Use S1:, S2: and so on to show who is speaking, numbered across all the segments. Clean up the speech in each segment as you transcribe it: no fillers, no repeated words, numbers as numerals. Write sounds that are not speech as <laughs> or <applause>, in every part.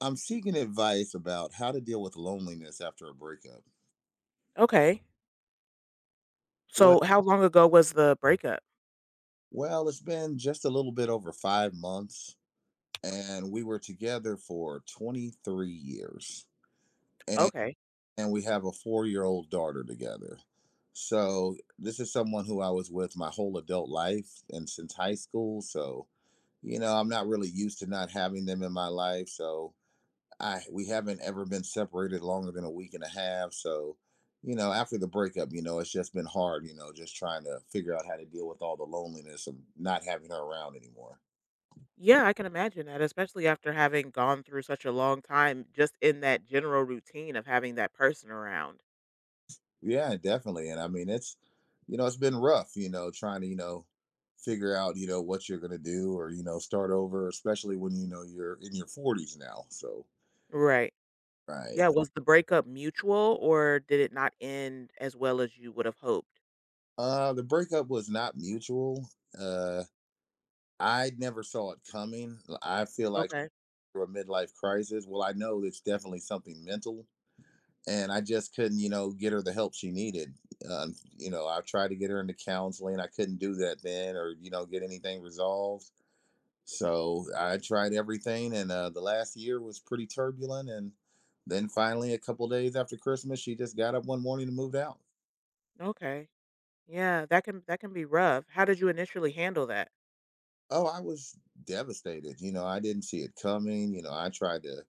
S1: I'm seeking advice about how to deal with loneliness after a breakup.
S2: Okay.
S1: Well,
S2: So how long ago was the breakup?
S1: well, it's been just a little bit over 5 months, and we were together for 23 years, and,
S2: Okay.
S1: and we have a four-year-old daughter together. So this is someone who I was with my whole adult life and since high school. So you know, I'm not really used to not having them in my life. So I we haven't ever been separated longer than a week and a half. So, you know, after the breakup, you know, it's just been hard, you know, just trying to figure out how to deal with all the loneliness of not having her around anymore.
S2: Yeah, I can imagine that, especially after having gone through such a long time just in that general routine of having that person around.
S1: Yeah, definitely. And I mean, it's you know, it's been rough, you know, trying to, you know, figure out, you know, what you're going to do or, you know, start over, especially when you know you're in your 40s now. So,
S2: Right.
S1: right.
S2: Yeah, was the breakup mutual or did it not end as well as you would have hoped?
S1: The breakup was not mutual. Uh I never saw it coming. I feel like
S2: Okay.
S1: through a midlife crisis. Well, I know it's definitely something mental, and I just couldn't, you know, get her the help she needed. You know, I tried to get her into counseling. I couldn't do that then, or you know, get anything resolved. So I tried everything, and the last year was pretty turbulent. And then finally, a couple days after Christmas, she just got up one morning and moved out.
S2: Okay. Yeah, that can be rough. How did you initially handle that?
S1: Oh, I was devastated. You know, I didn't see it coming. You know, I tried to,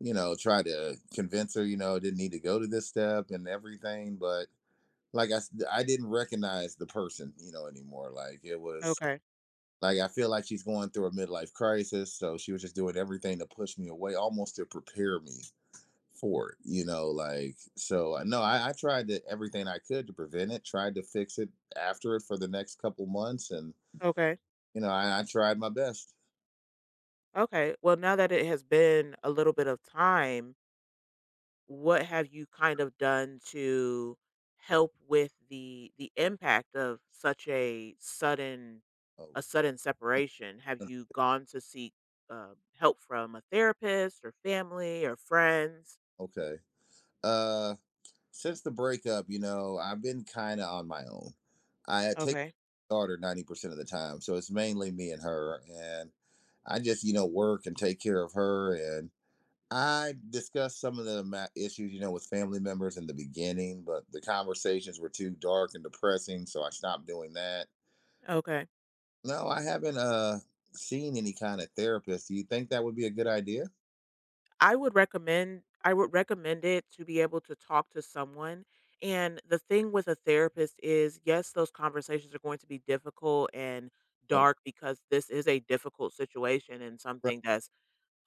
S1: you know, try to convince her, you know, didn't need to go to this step and everything, but like I didn't recognize the person, you know, anymore. Like it was
S2: Okay.
S1: like I feel like she's going through a midlife crisis, so she was just doing everything to push me away, almost to prepare me for it, you know. Like so, I no, I tried to, everything I could to prevent it, tried to fix it after it for the next couple months, and
S2: Okay.
S1: you know, I tried my best.
S2: Okay. Well, now that it has been a little bit of time, what have you kind of done to help with the impact of such
S1: Oh,
S2: a sudden separation? Have you
S1: <laughs>
S2: gone to seek help from a therapist or family or friends?
S1: okay. Uh, since the breakup, you know, I've been kind of on my own. I had taken
S2: Okay.
S1: daughter 90% of the time. So it's mainly me and her. And I just, you know, work and take care of her. And I discussed some of the issues, you know, with family members in the beginning, but the conversations were too dark and depressing. So I stopped doing that.
S2: Okay.
S1: No, I haven't seen any kind of therapist. Do you think that would be a good idea?
S2: I would recommend it to be able to talk to someone. And the thing with a therapist is, yes, those conversations are going to be difficult and
S1: Okay.
S2: dark because this is a difficult situation and
S1: Right.
S2: something that's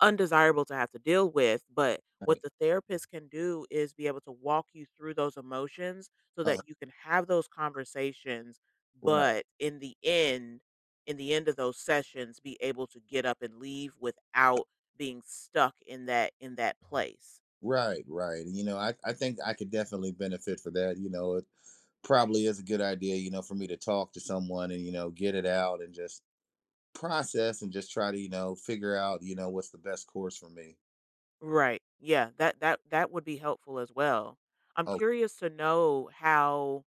S2: undesirable to have to deal with, but what
S1: Right.
S2: the therapist can do is be able to walk you through those emotions so
S1: Uh,
S2: that you can have those conversations,
S1: right.
S2: but in the end of those sessions, be able to get up and leave without being stuck in that place.
S1: Right. You know, I think I could definitely benefit for that. You know, it probably is a good idea, you know, for me to talk to someone and, you know, get it out and just process and just try to, you know, figure out, you know, what's the best course for me.
S2: Right. Yeah, that would be helpful as well. I'm
S1: Oh,
S2: curious to know how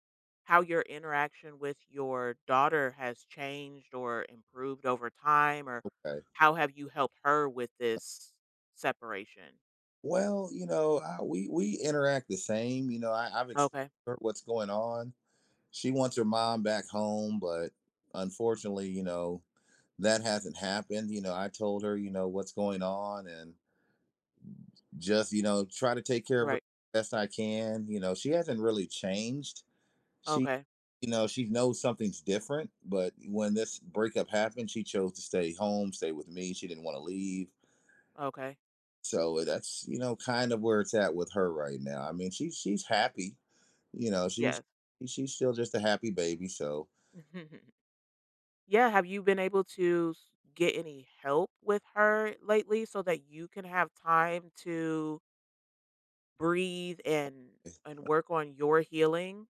S2: how your interaction with your daughter has changed or improved over time, or
S1: okay.
S2: how have you helped her with this separation?
S1: Well, you know, I, we interact the same. You know, I've explained
S2: Okay.
S1: to her what's going on. She wants her mom back home, but unfortunately, you know, that hasn't happened. You know, I told her, you know, what's going on and just, you know, try to take care of her
S2: Right.
S1: best I can. You know, she hasn't really changed. She,
S2: Okay.
S1: you know, she knows something's different, but when this breakup happened, she chose to stay home, stay with me. She didn't want to leave.
S2: Okay.
S1: So that's, you know, kind of where it's at with her right now. I mean, she's happy. You know, she's
S2: Yes.
S1: she's still just a happy baby. So
S2: <laughs> Yeah, have you been able to get any help with her lately so that you can have time to breathe
S1: eh,
S2: and work on your healing?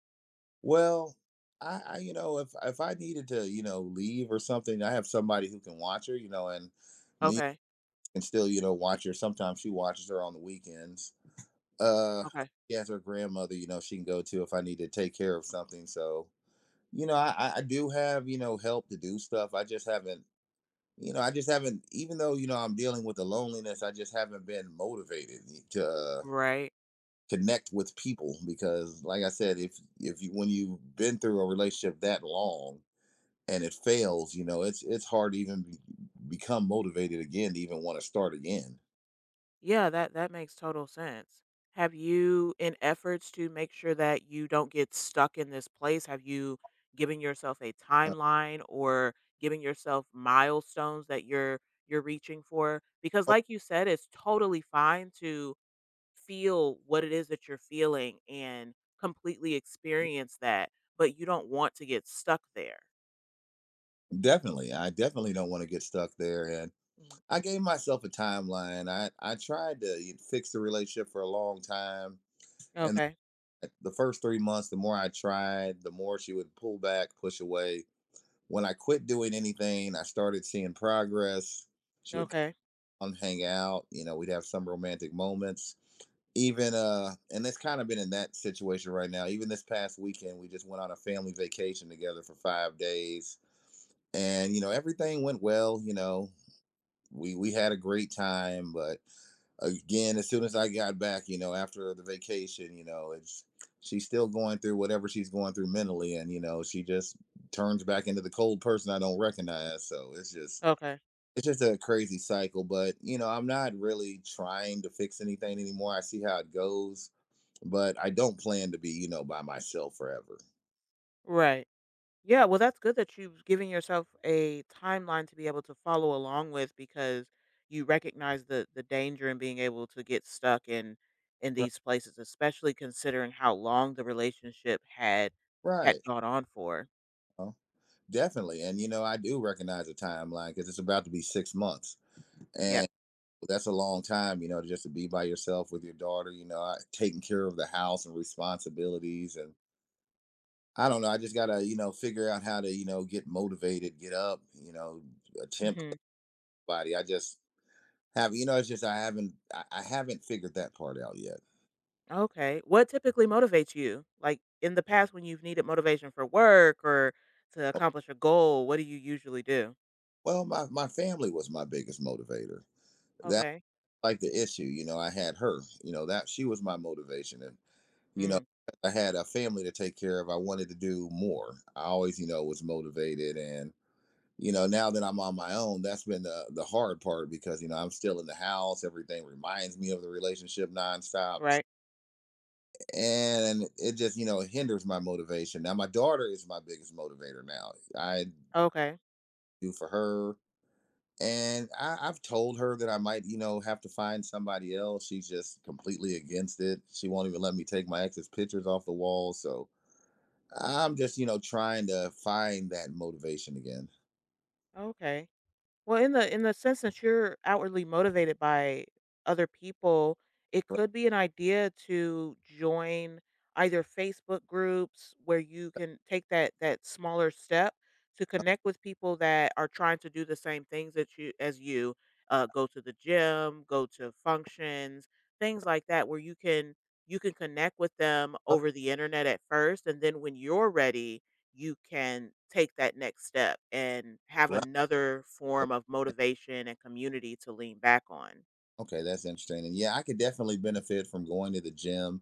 S1: well, I you know if I needed to you know leave or something, I have somebody who can watch her. You know,
S2: Okay.
S1: and still, you know, watch her. Sometimes she watches her on the weekends. Uh,
S2: Okay.
S1: she has her grandmother, you know, she can go to if I need to take care of something. So, you know, I do have, you know, help to do stuff. I just haven't, you know, I just haven't, even though, you know, I'm dealing with the loneliness, I just haven't been motivated to
S2: Right.
S1: connect with people because, like I said, if you, when you've been through a relationship that long, and it fails, you know, it's hard to even be, become motivated again to even want to start again.
S2: Yeah, that that makes total sense. Have you, in efforts to make sure that you don't get stuck in this place, have you given yourself a
S1: Uh,
S2: timeline or giving yourself milestones that you're reaching for? Because like you said, it's totally fine to feel what it is that you're feeling and completely experience that, but you don't want to get stuck there.
S1: Definitely. I definitely don't want to get stuck there. And
S2: Mm.
S1: I gave myself a timeline. I tried to fix the relationship for a long time. And
S2: Okay.
S1: the first 3 months, the more I tried, the more she would pull back, push away. When I quit doing anything, I started seeing progress. She would
S2: Okay.
S1: come hang out. You know, we'd have some romantic moments. Even, and it's kind of been in that situation right now. Even this past weekend, we just went on a family vacation together for 5 days, and you know everything went well, you know we had a great time, but again, as soon as I got back, you know, after the vacation, you know, it's she's still going through whatever she's going through mentally, and you know, she just turns back into the cold person I don't recognize. So
S2: Okay.
S1: it's just a crazy cycle. But you know, I'm not really trying to fix anything anymore. I see how it goes, but I don't plan to be, you know, by myself forever.
S2: Right. Yeah, well, that's good that you've given yourself a timeline to be able to follow along with, because you recognize the danger in being able to get stuck in
S1: Right.
S2: these places, especially considering how long the relationship had
S1: Right.
S2: had
S1: You
S2: gone on for.
S1: know, definitely. And, you know, I do recognize the timeline because it's about to be 6 months.
S2: Yeah.
S1: That's a long time, you know, just to be by yourself with your daughter, you know, taking care of the house and responsibilities. And I don't know, I just got to, you know, figure out how to, you know, get motivated, get up, you know, attempt
S2: Hmm.
S1: somebody. You know, it's just I haven't, I haven't figured that part out yet.
S2: Okay. What typically motivates you? Like in the past, when you've needed motivation for work or to
S1: Oh,
S2: accomplish a goal, what do you usually do?
S1: well, my family was my biggest motivator. That's
S2: Okay.
S1: like the issue, you know, I had her, you know, that she was my motivation. And, you know,
S2: Mm.
S1: I had a family to take care of. I wanted to do more. I always, you know, was motivated and, you know, now that I'm on my own, that's been the hard part because you know I'm still in the house. Everything reminds me of the relationship nonstop,
S2: Right.
S1: and it just you know hinders my motivation. Now my daughter is my biggest motivator. Now I
S2: Okay.
S1: do for her, and I've told her that I might you know have to find somebody else. She's just completely against it. She won't even let me take my ex's pictures off the wall. So I'm just you know trying to find that motivation again.
S2: Okay. Well, in the sense that you're outwardly motivated by other people, it could be an idea to join either Facebook groups where you can take that smaller step to connect with people that are trying to do the same things that you, as you go to the gym, go to functions, things like that, where you can connect with them over the internet at first, and then when you're ready you can take that next step and have
S1: Right.
S2: another form of motivation and community to lean back on.
S1: Okay, that's interesting. And yeah, I could definitely benefit from going to the gym.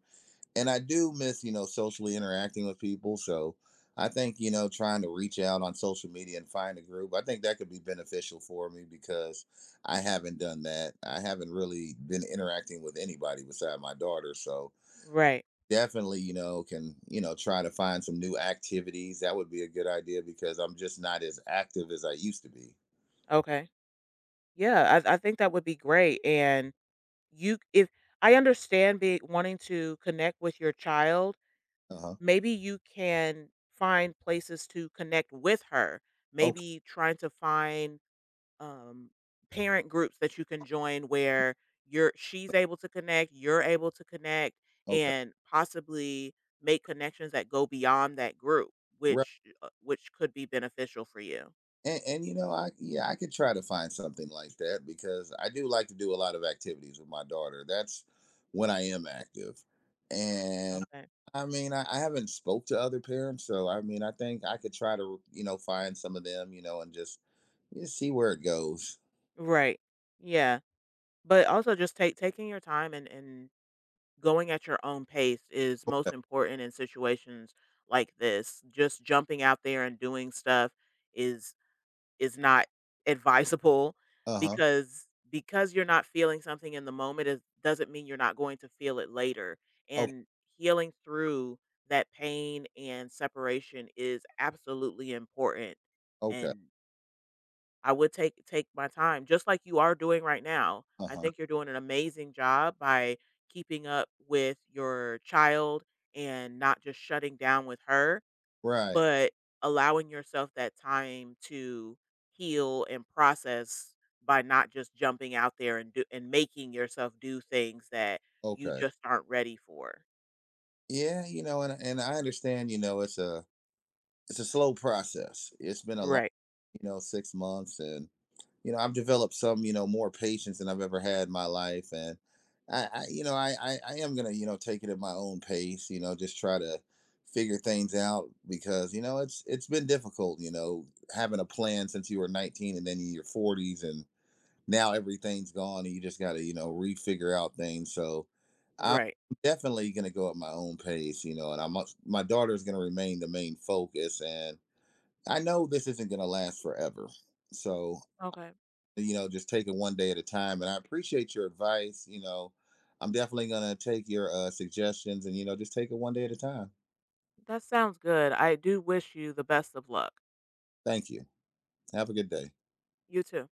S1: And I do miss, you know, socially interacting with people. So I think, you know, trying to reach out on social media and find a group, I think that could be beneficial for me because I haven't done that. I haven't really been interacting with anybody beside my daughter. So
S2: Right.
S1: definitely, you know, can, you know, try to find some new activities. That would be a good idea because I'm just not as active as I used to be.
S2: Okay. Yeah, I think that would be great. And you, if I understand, be wanting to connect with your child,
S1: Uh huh.
S2: maybe you can find places to connect with her.
S1: Okay.
S2: Maybe trying to find um, parent groups that you can join where you're she's able to connect, you're able to connect,
S1: Okay.
S2: and possibly make connections that go beyond that group,
S1: Right.
S2: which could be beneficial for you.
S1: And you know, I yeah, I could try to find something like that because I do like to do a lot of activities with my daughter. That's when I am active, and
S2: Okay.
S1: I mean, I haven't spoke to other parents, so I mean, I think I could try to you know find some of them, you know, and just see where it goes.
S2: Right. Yeah, but also just take taking your time and going at your own pace is most important in situations like this. Just jumping out there and doing stuff is is not advisable,
S1: Uh huh.
S2: because you're not feeling something in the moment is doesn't mean you're not going to feel it later.
S1: Okay.
S2: And healing through that pain and separation is absolutely important.
S1: Okay.
S2: And I would take take my time, just like you are doing right now.
S1: Uh
S2: I
S1: huh.
S2: think you're doing an amazing job by keeping up with your child and not just shutting down with her
S1: Right.
S2: but allowing yourself that time to heal and process by not just jumping out there and do and making yourself do things that you
S1: Okay.
S2: just aren't ready for.
S1: Yeah. You know, and I understand. You know, it's a slow process. It's been a long,
S2: Right.
S1: you know, 6 months and you know, I've developed some, you know, more patience than I've ever had in my life. And I you know, I am gonna, you know, take it at my own pace, you know, just try to figure things out because, you know, it's been difficult, you know, having a plan since you were 19 and then in your 40s and now everything's gone and you just gotta, you know, refigure out things. So I'm
S2: Right.
S1: definitely gonna go at my own pace, you know, and I'm my daughter's gonna remain the main focus, and I know this isn't gonna last forever. So
S2: Okay.
S1: you know, just take it one day at a time. And I appreciate your advice. You know, I'm definitely going to take your suggestions and, you know, just take it one day at a time.
S2: That sounds good. I do wish you the best of luck.
S1: Thank you. Have a good day.
S2: You too.